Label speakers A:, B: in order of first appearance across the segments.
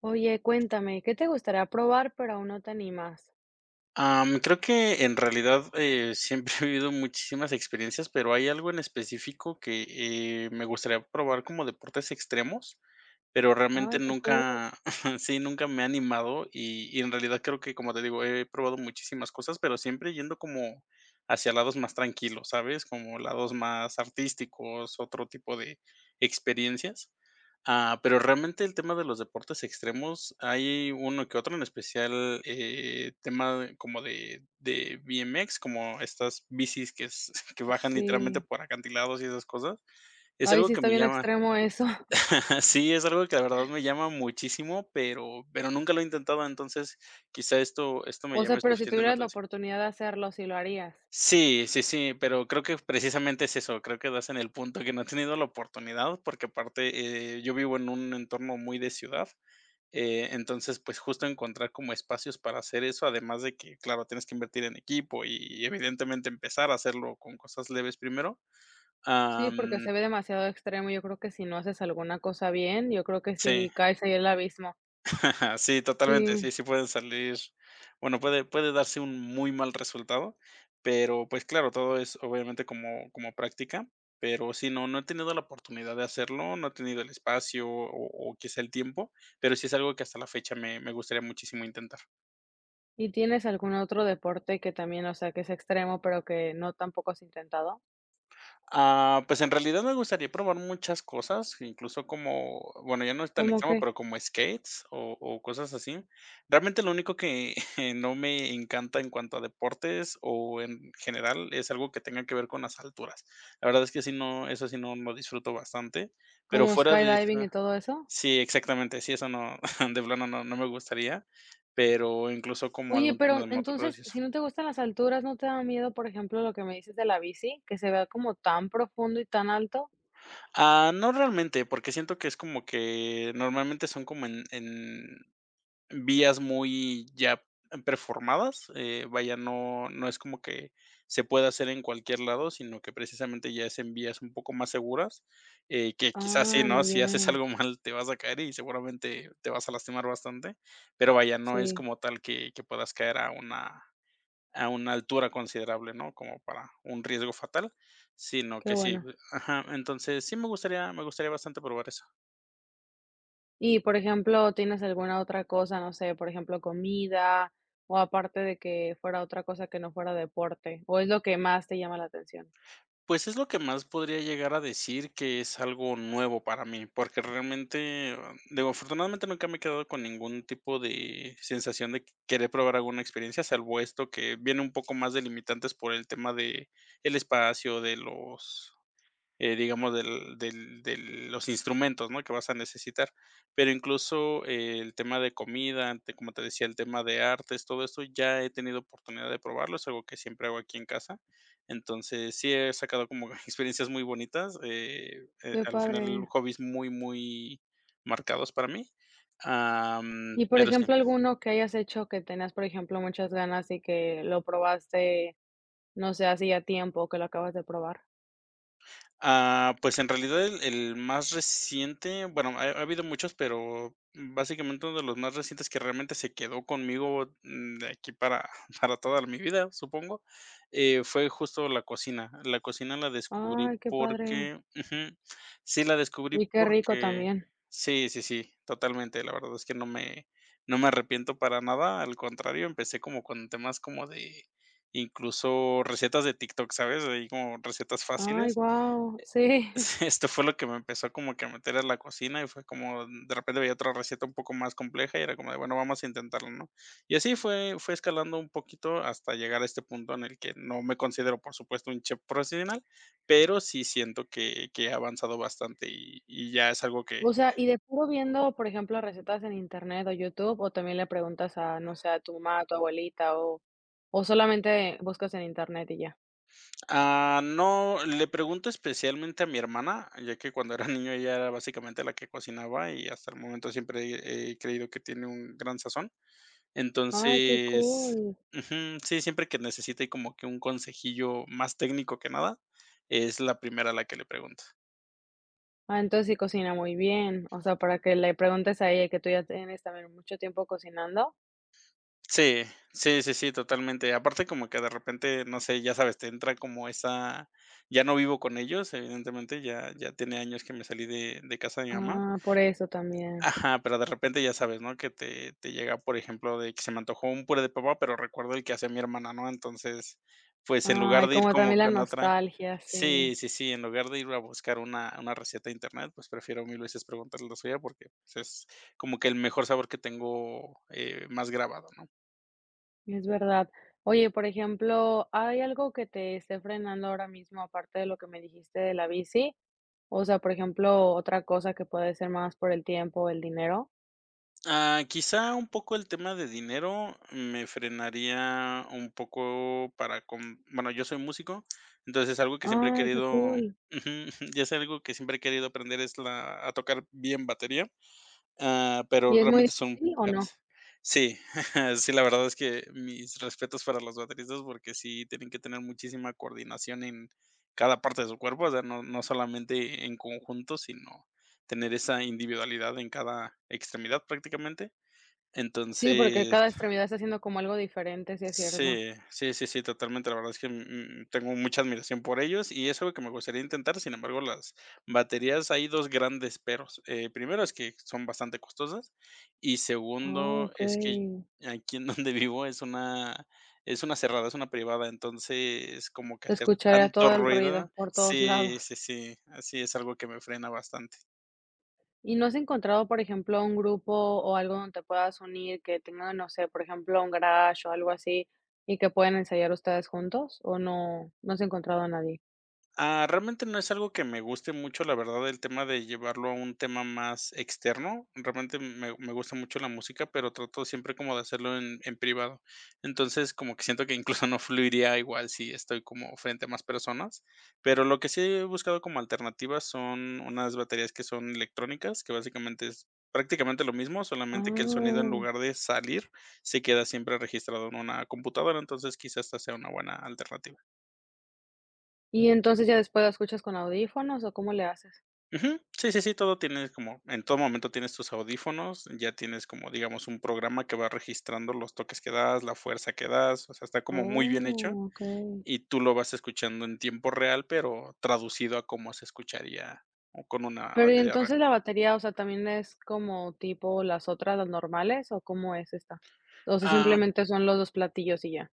A: Oye, cuéntame, ¿qué te gustaría probar, pero aún no te animas?
B: Creo que en realidad, siempre he vivido muchísimas experiencias, pero hay algo en específico que, me gustaría probar como deportes extremos, pero realmente
A: Ay, qué cool.
B: nunca sí, nunca me he animado y en realidad creo que, como te digo, he probado muchísimas cosas, pero siempre yendo como hacia lados más tranquilos, ¿sabes? Como lados más artísticos, otro tipo de experiencias. Pero realmente el tema de los deportes extremos, hay uno que otro, en especial, como de BMX, como estas bicis que s que bajan literalmente
A: Sí.
B: por acantilados y esas cosas. Es
A: Ay,
B: algo
A: sí
B: que
A: está
B: me
A: bien
B: llama
A: extremo eso.
B: sí, es algo que la verdad me llama muchísimo, pero nunca lo he intentado, entonces quizá esto me
A: O sea,
B: llame
A: pero si
B: suficiente la
A: tuvieras la
B: atención.
A: oportunidad de hacerlo, sí lo harías.
B: Sí, sí, sí, pero creo que precisamente es eso, creo que das en el punto que no he tenido la oportunidad, porque aparte, yo vivo en un entorno muy de ciudad. Entonces, pues, justo encontrar como espacios para hacer eso, además de que, claro, tienes que invertir en equipo y evidentemente empezar a hacerlo con cosas leves primero.
A: Sí, porque
B: Am,
A: se ve demasiado extremo. Yo creo que si no haces alguna cosa bien, yo creo que
B: sí,
A: sí caes ahí en el abismo.
B: sí, totalmente,
A: Sí.
B: sí, sí pueden salir, bueno, puede darse un muy mal resultado, pero, pues, claro, todo es obviamente como práctica, pero sí, no, no he tenido la oportunidad de hacerlo, no he tenido el espacio o quizá el tiempo, pero sí es algo que hasta la fecha me gustaría muchísimo intentar.
A: ¿Y tienes algún otro deporte que también, o sea, que es extremo, pero que no tampoco has intentado?
B: Pues, en realidad me gustaría probar muchas cosas, incluso como, bueno, ya no es tan
A: ¿Cómo
B: extremo,
A: qué?
B: pero como skates o cosas así. Realmente lo único que no me encanta en cuanto a deportes o en general es algo que tenga que ver con las alturas. La verdad es que sí no, eso sí no lo disfruto bastante, pero
A: ¿Como
B: fuera de
A: skydiving
B: eso
A: y todo eso?
B: sí, exactamente, sí, eso no, de plano no, no me gustaría, pero incluso como
A: Oye,
B: algún tema
A: pero
B: de motocross
A: entonces,
B: y eso.
A: si no te gustan las alturas, ¿no te da miedo, por ejemplo, lo que me dices de la bici, que se vea como tan profundo y tan alto?
B: No realmente, porque siento que es como que normalmente son como en vías muy ya performadas, vaya, no es como que se pueda hacer en cualquier lado, sino que precisamente ya es en vías un poco más seguras, que quizás sí,
A: Ah,
B: ¿no?
A: muy
B: Si haces
A: bien.
B: algo mal, te vas a caer y seguramente te vas a lastimar bastante, pero vaya, no es
A: Sí,
B: como tal que puedas caer a una altura considerable, ¿no? Como para un riesgo fatal, sino
A: qué
B: que sí
A: bueno.
B: pues, ajá, entonces sí me gustaría bastante probar eso.
A: Y, por ejemplo, ¿tienes alguna otra cosa, no sé, por ejemplo, comida o aparte de que fuera otra cosa que no fuera deporte? ¿O es lo que más te llama la atención?
B: Pues, es lo que más podría llegar a decir que es algo nuevo para mí, porque realmente, digo, afortunadamente nunca me he quedado con ningún tipo de sensación de que querer probar alguna experiencia, salvo esto que viene un poco más delimitantes por el tema de el espacio, de los digamos, de los instrumentos, ¿no? Que vas a necesitar. Pero incluso el tema de comida, como te decía, el tema de artes, todo esto, ya he tenido oportunidad de probarlo, es algo que siempre hago aquí en casa. Entonces, sí he sacado como experiencias muy bonitas.
A: Qué
B: Al final,
A: padre.
B: hobbies muy, muy marcados para mí.
A: Y, por
B: Pero sí.
A: ejemplo, alguno que hayas hecho que tenías, por ejemplo, muchas ganas y que lo probaste, no sé, hacía tiempo que lo acabas de probar.
B: Pues en realidad el más reciente, bueno, ha habido muchos, pero básicamente uno de los más recientes que realmente se quedó conmigo, de aquí para para toda mi vida, supongo, fue justo la cocina. La cocina la descubrí
A: Ay, qué padre.
B: porque ujú, sí, la descubrí
A: Y qué rico
B: porque
A: también.
B: sí, sí, sí, totalmente. La verdad es que no me arrepiento para nada, al contrario, empecé como con temas como de incluso recetas de TikTok, ¿sabes? Ahí como recetas
A: Ay,
B: fáciles.
A: guau, sí.
B: Sí, esto fue lo que me empezó como que a meter a la cocina y fue como de repente veía otra receta un poco más compleja y era como de, bueno, vamos a intentarlo, ¿no? Y así fue, fue escalando un poquito hasta llegar a este punto en el que no me considero, por supuesto, un chef profesional, pero sí siento que he avanzado bastante y ya es algo que...
A: O sea, y de puro viendo, por ejemplo, recetas en internet o YouTube, o también le preguntas a, no sé, a tu mamá, a tu abuelita, o solamente buscas en internet y ya.
B: No, le pregunto especialmente a mi hermana, ya que cuando era niño ella era básicamente la que cocinaba y hasta el momento siempre he creído que tiene un gran sazón.
A: Ay, qué
B: Entonces
A: cool.
B: ujú, sí, siempre que necesite como que un consejillo más técnico que nada, es la primera a la que le pregunto.
A: Ah, entonces sí cocina muy bien. O sea, para que le preguntes a ella, que tú ya tienes también mucho tiempo cocinando.
B: Sí, sí, sí, sí, totalmente. Aparte como que de repente, no sé, ya sabes, te entra como esa ya no vivo con ellos, evidentemente, ya tiene años que me salí de casa de mi mamá.
A: Ah, por eso también.
B: Ajá, pero de repente ya sabes, ¿no? Que te llega, por ejemplo, de que se me antojó un puré de papa, pero recuerdo el que hacía mi hermana, ¿no? Entonces, pues, en lugar
A: Ay,
B: de ir
A: como
B: como
A: también la
B: con otra
A: nostalgia, sí.
B: Sí, sí, sí, en lugar de ir a buscar una receta de internet, pues prefiero mil veces preguntarle la suya porque, pues, es como que el mejor sabor que tengo, más grabado, ¿no?
A: Es verdad. Oye, por ejemplo, ¿hay algo que te esté frenando ahora mismo, aparte de lo que me dijiste de la bici? O sea, por ejemplo, otra cosa que puede ser más por el tiempo o el dinero.
B: Quizá un poco el tema de dinero me frenaría un poco para com bueno, yo soy músico, entonces es algo que siempre he
A: Ay, qué
B: querido
A: cool.
B: ujú, ya es algo que siempre he querido aprender es la a tocar bien batería.
A: ¿Y
B: Pero
A: es muy
B: realmente son
A: difícil o no?
B: caras. Sí, sí, la verdad es que mis respetos para los bateristas, porque sí tienen que tener muchísima coordinación en cada parte de su cuerpo, o sea, no solamente en conjunto, sino tener esa individualidad en cada extremidad prácticamente.
A: Sí, porque
B: Entonces
A: cada extremidad está haciendo como algo diferente, si es cierto.
B: Sí, sí, sí, sí, totalmente. La verdad es que, tengo mucha admiración por ellos, y es algo que me gustaría intentar. Sin embargo, las baterías hay 2 grandes peros. Primero es que son bastante costosas, y
A: Oh,
B: segundo
A: ok.
B: es que aquí en donde vivo es una cerrada, es una privada, entonces como que
A: Se
B: hacer
A: escucharía
B: tanto
A: todo el
B: ruido
A: ruido por todos
B: sí,
A: lados.
B: sí, sí, así es algo que me frena bastante.
A: ¿Y no has encontrado, por ejemplo, un grupo o algo donde te puedas unir que tenga, no sé, por ejemplo, un garage o algo así y que puedan ensayar ustedes juntos? ¿O no, no has encontrado a nadie?
B: Realmente no es algo que me guste mucho, la verdad, el tema de llevarlo a un tema más externo. Realmente me, me gusta mucho la música, pero trato siempre como de hacerlo en privado. Entonces, como que siento que incluso no fluiría igual si estoy como frente a más personas. Pero lo que sí he buscado como alternativas son unas baterías que son electrónicas, que básicamente es prácticamente lo mismo, solamente que el sonido en
A: Ah,
B: lugar de salir se queda siempre registrado en una computadora. Entonces, quizás esta sea una buena alternativa.
A: y entonces ya después la escuchas con audífonos, ¿o cómo le haces?
B: Ujú. Sí, sí, sí, todo tienes como en todo momento tienes tus audífonos, ya tienes como, digamos, un programa que va registrando los toques que das, la fuerza que das, o sea, está como muy bien hecho
A: Oh, okey.
B: y tú lo vas escuchando en tiempo real, pero traducido a cómo se escucharía o con una
A: Pero y
B: batería real.
A: entonces la batería, o sea, ¿también es como tipo las otras, las normales o cómo es esta? O sea,
B: Ah,
A: simplemente son los 2 platillos y ya.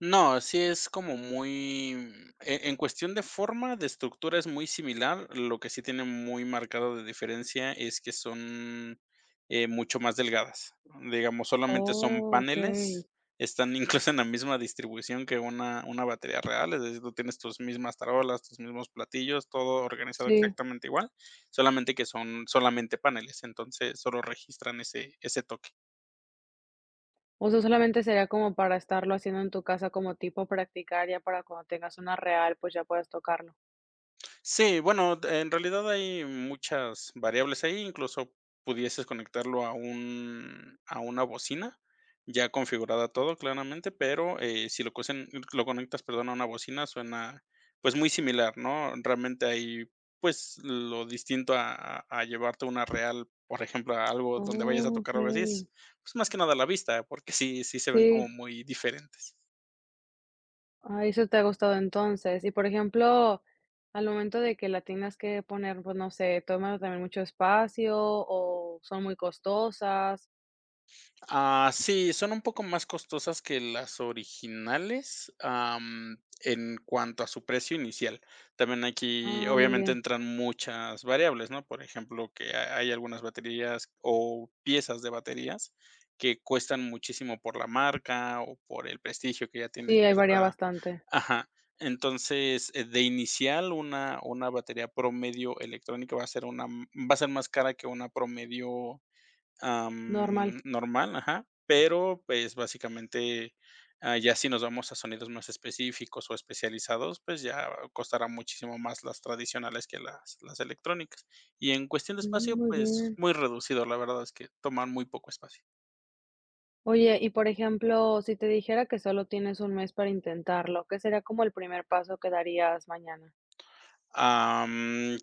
B: No, sí es como muy, en cuestión de forma, de estructura es muy similar, lo que sí tiene muy marcado de diferencia es que son, mucho más delgadas. Digamos, solamente son
A: Oh, okey.
B: paneles, están incluso en la misma distribución que una batería real, es decir, tú tienes tus mismas tarolas, tus mismos platillos, todo organizado
A: Sí.
B: exactamente igual, solamente que son solamente paneles, entonces solo registran ese toque.
A: O sea, solamente sería como para estarlo haciendo en tu casa, como tipo practicar ya para cuando tengas una real, pues ya puedas tocarlo.
B: Sí, bueno, en realidad hay muchas variables ahí, incluso pudieses conectarlo a un a una bocina, ya configurada todo claramente, pero, si lo cocen lo conectas, perdón, a una bocina, suena, pues, muy similar, ¿no? Realmente hay pues, lo distinto a a llevarte una real, por ejemplo, a algo donde vayas a tocar algo así
A: Okey,
B: es, pues, más que nada la vista, porque sí sí se ven
A: sí,
B: como muy diferentes.
A: ah, eso te ha gustado entonces. Y, por ejemplo, al momento de que la tengas que poner, pues, no sé, ¿toma también mucho espacio o son muy costosas?
B: Sí, son un poco más costosas que las originales, en cuanto a su precio inicial. También aquí,
A: Ah, muy
B: obviamente,
A: bien.
B: entran muchas variables, ¿no? Por ejemplo, que hay algunas baterías o piezas de baterías que cuestan muchísimo por la marca o por el prestigio que ya tiene
A: Sí, ahí varía
B: cierta...
A: bastante.
B: Ajá. Entonces, de inicial, una batería promedio electrónica va a ser una, va a ser más cara que una promedio
A: Normal.
B: Normal, ajá, pero, pues, básicamente, ya si nos vamos a sonidos más específicos o especializados, pues, ya costará muchísimo más las tradicionales que las electrónicas. Y en cuestión de
A: Mm,
B: espacio,
A: muy
B: pues,
A: bien.
B: muy reducido, la verdad es que toman muy poco espacio.
A: Oye, y, por ejemplo, si te dijera que solo tienes un mes para intentarlo, ¿qué sería como el primer paso que darías mañana?
B: Am,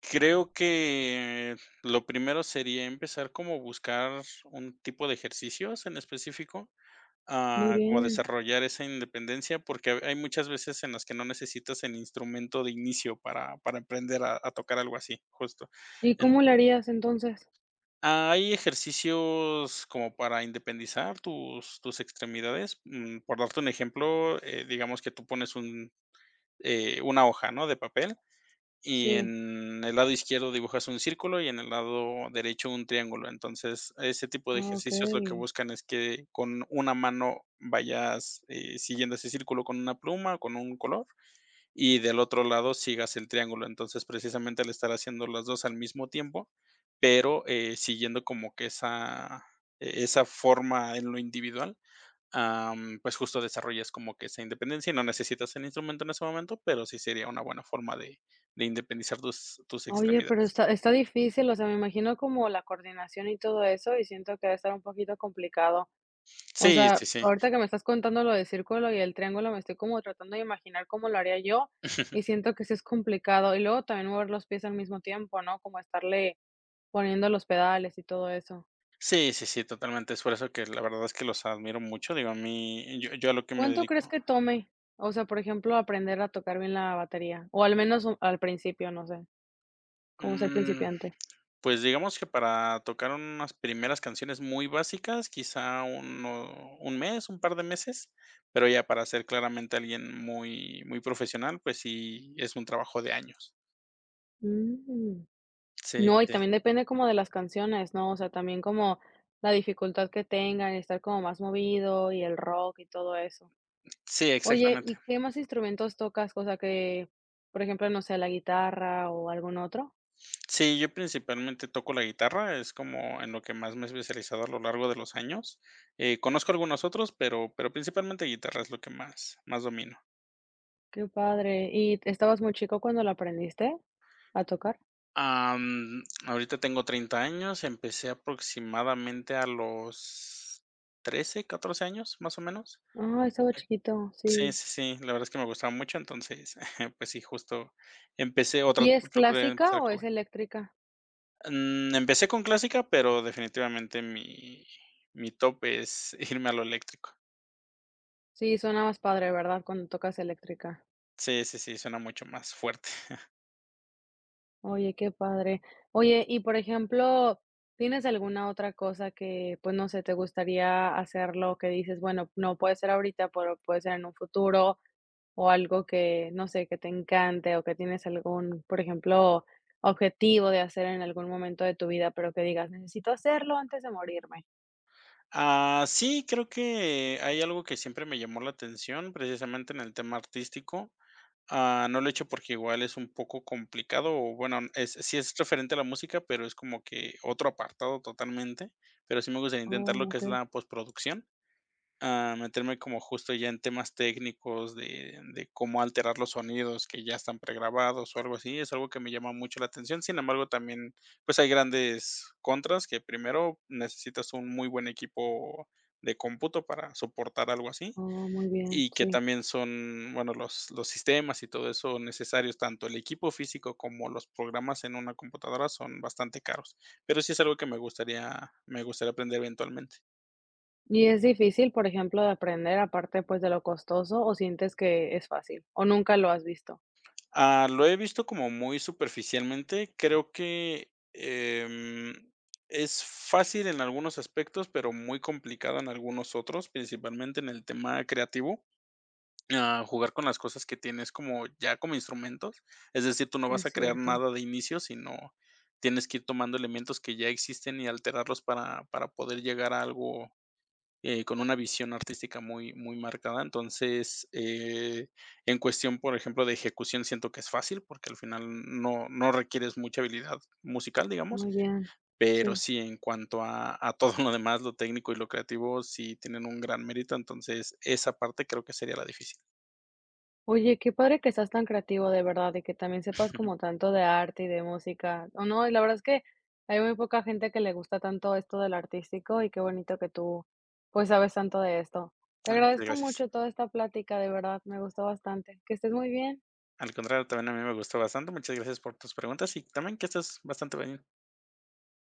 B: Creo que lo primero sería empezar como buscar un tipo de ejercicios en específico.
A: Muy
B: Como
A: bien.
B: desarrollar esa independencia, porque ha hay muchas veces en las que no necesitas el instrumento de inicio para aprender a tocar algo así, justo.
A: ¿Y
B: En
A: cómo le harías entonces?
B: ¿hay ejercicios como para independizar tus extremidades? Por darte un ejemplo, digamos que tú pones una hoja, ¿no?, de papel, y
A: Sí.
B: en el lado izquierdo dibujas un círculo y en el lado derecho un triángulo. Entonces, ese tipo de
A: Ah,
B: ejercicios lo que
A: okey.
B: buscan es que con una mano vayas siguiendo ese círculo con una pluma, con un color, y del otro lado sigas el triángulo. Entonces, precisamente al estar haciendo las dos al mismo tiempo, pero siguiendo como que esa forma en lo individual. Pues justo desarrollas como que esa independencia, y no necesitas el instrumento en ese momento, pero sí sería una buena forma de independizar tus
A: Oye, pero
B: extremidades.
A: está difícil, o sea, me imagino como la coordinación y todo eso, y siento que debe estar un poquito complicado. O
B: Sí, sí,
A: sea,
B: sí.
A: ahorita que me estás contando lo del círculo y el triángulo, me estoy como tratando de imaginar cómo lo haría yo, y siento que sí es complicado. Y luego también mover los pies al mismo tiempo, ¿no? Como estarle poniendo los pedales y todo eso.
B: Sí, sí, sí, totalmente. Es por eso que la verdad es que los admiro mucho. Digo, a mí yo a lo que me
A: ¿Cuánto crees
B: dedico.
A: que tome? O sea, por ejemplo, aprender a tocar bien la batería, o al menos, o al principio, no sé, como ser
B: mm,
A: principiante.
B: pues digamos que para tocar unas primeras canciones muy básicas, quizá uno un mes, un par de meses, pero ya para ser claramente alguien muy profesional, pues sí es un trabajo de años.
A: Mm.
B: Sí,
A: No,
B: sí,
A: y
B: sí.
A: también depende como de las canciones, ¿no? O sea, también como la dificultad que tengan, y estar como más movido y el rock y todo eso.
B: Sí,
A: Oye,
B: exactamente.
A: ¿y qué más instrumentos tocas? O sea, que, por ejemplo, no sé, la guitarra o algún otro.
B: Sí, yo principalmente toco la guitarra, es como en lo que más me he especializado a lo largo de los años. Conozco algunos otros, pero principalmente guitarra es lo que más domino.
A: Qué padre. ¿Y estabas muy chico cuando la aprendiste a tocar?
B: Ahorita tengo 30 años, empecé aproximadamente a los 13, 14 años, más o menos.
A: Ah, estaba
B: Eh,
A: chiquito,
B: sí,
A: sí.
B: sí, sí, la verdad es que me gustaba mucho, entonces, pues sí, justo empecé otra,
A: ¿Y es
B: tra procuré
A: clásica
B: empezar.
A: o es eléctrica?
B: Empecé con clásica, pero definitivamente mi top es irme a lo eléctrico.
A: Sí, suena más padre, ¿verdad? Cuando tocas eléctrica.
B: Sí, sí, sí, suena mucho más fuerte.
A: Oye, qué padre. Oye, y por ejemplo, ¿tienes alguna otra cosa que, pues no sé, te gustaría hacerlo, que dices, bueno, no puede ser ahorita, pero puede ser en un futuro, o algo que, no sé, que te encante, o que tienes algún, por ejemplo, objetivo de hacer en algún momento de tu vida, pero que digas, necesito hacerlo antes de morirme?
B: Ah, sí, creo que hay algo que siempre me llamó la atención, precisamente en el tema artístico. Ah, no lo he hecho porque igual es un poco complicado, o bueno, es sí es referente a la música, pero es como que otro apartado totalmente, pero sí me gustaría intentar lo
A: Oh,
B: que es
A: okey.
B: la postproducción. A meterme como justo ya en temas técnicos de cómo alterar los sonidos que ya están pregrabados o algo así, es algo que me llama mucho la atención. Sin embargo, también, pues, hay grandes contras, que primero necesitas un muy buen equipo de cómputo para soportar algo así,
A: Oh, muy bien,
B: y que
A: sí.
B: también son, bueno, los sistemas y todo eso necesarios, tanto el equipo físico como los programas en una computadora son bastante caros, pero sí es algo que me gustaría aprender eventualmente.
A: ¿Y es difícil, por ejemplo, de aprender, aparte, pues, de lo costoso, o sientes que es fácil, o nunca lo has visto?
B: Ah, lo he visto como muy superficialmente. Creo que, es fácil en algunos aspectos, pero muy complicado en algunos otros, principalmente en el tema creativo. Ah, jugar con las cosas que tienes como ya como instrumentos, es decir, tú no vas
A: Es
B: a crear
A: cierto.
B: nada de inicio, sino tienes que ir tomando elementos que ya existen y alterarlos para poder llegar a algo con una visión artística muy, muy marcada. Entonces, en cuestión, por ejemplo, de ejecución, siento que es fácil porque al final no requieres mucha habilidad musical, digamos,
A: Muy bien,
B: pero
A: sí.
B: sí en cuanto a todo lo demás, lo técnico y lo creativo, sí tienen un gran mérito. Entonces, esa parte creo que sería la difícil.
A: Oye, qué padre que seas tan creativo de verdad y que también sepas como tanto de arte y de música. O no, y la verdad es que hay muy poca gente que le gusta tanto esto del artístico y qué bonito que tú pues sabes tanto de esto. Te
B: Ah, muchas
A: agradezco
B: gracias.
A: mucho toda esta plática, de verdad, me gustó bastante. Que estés muy bien.
B: Al contrario, también a mí me gustó bastante. Muchas gracias por tus preguntas y también que estás bastante bien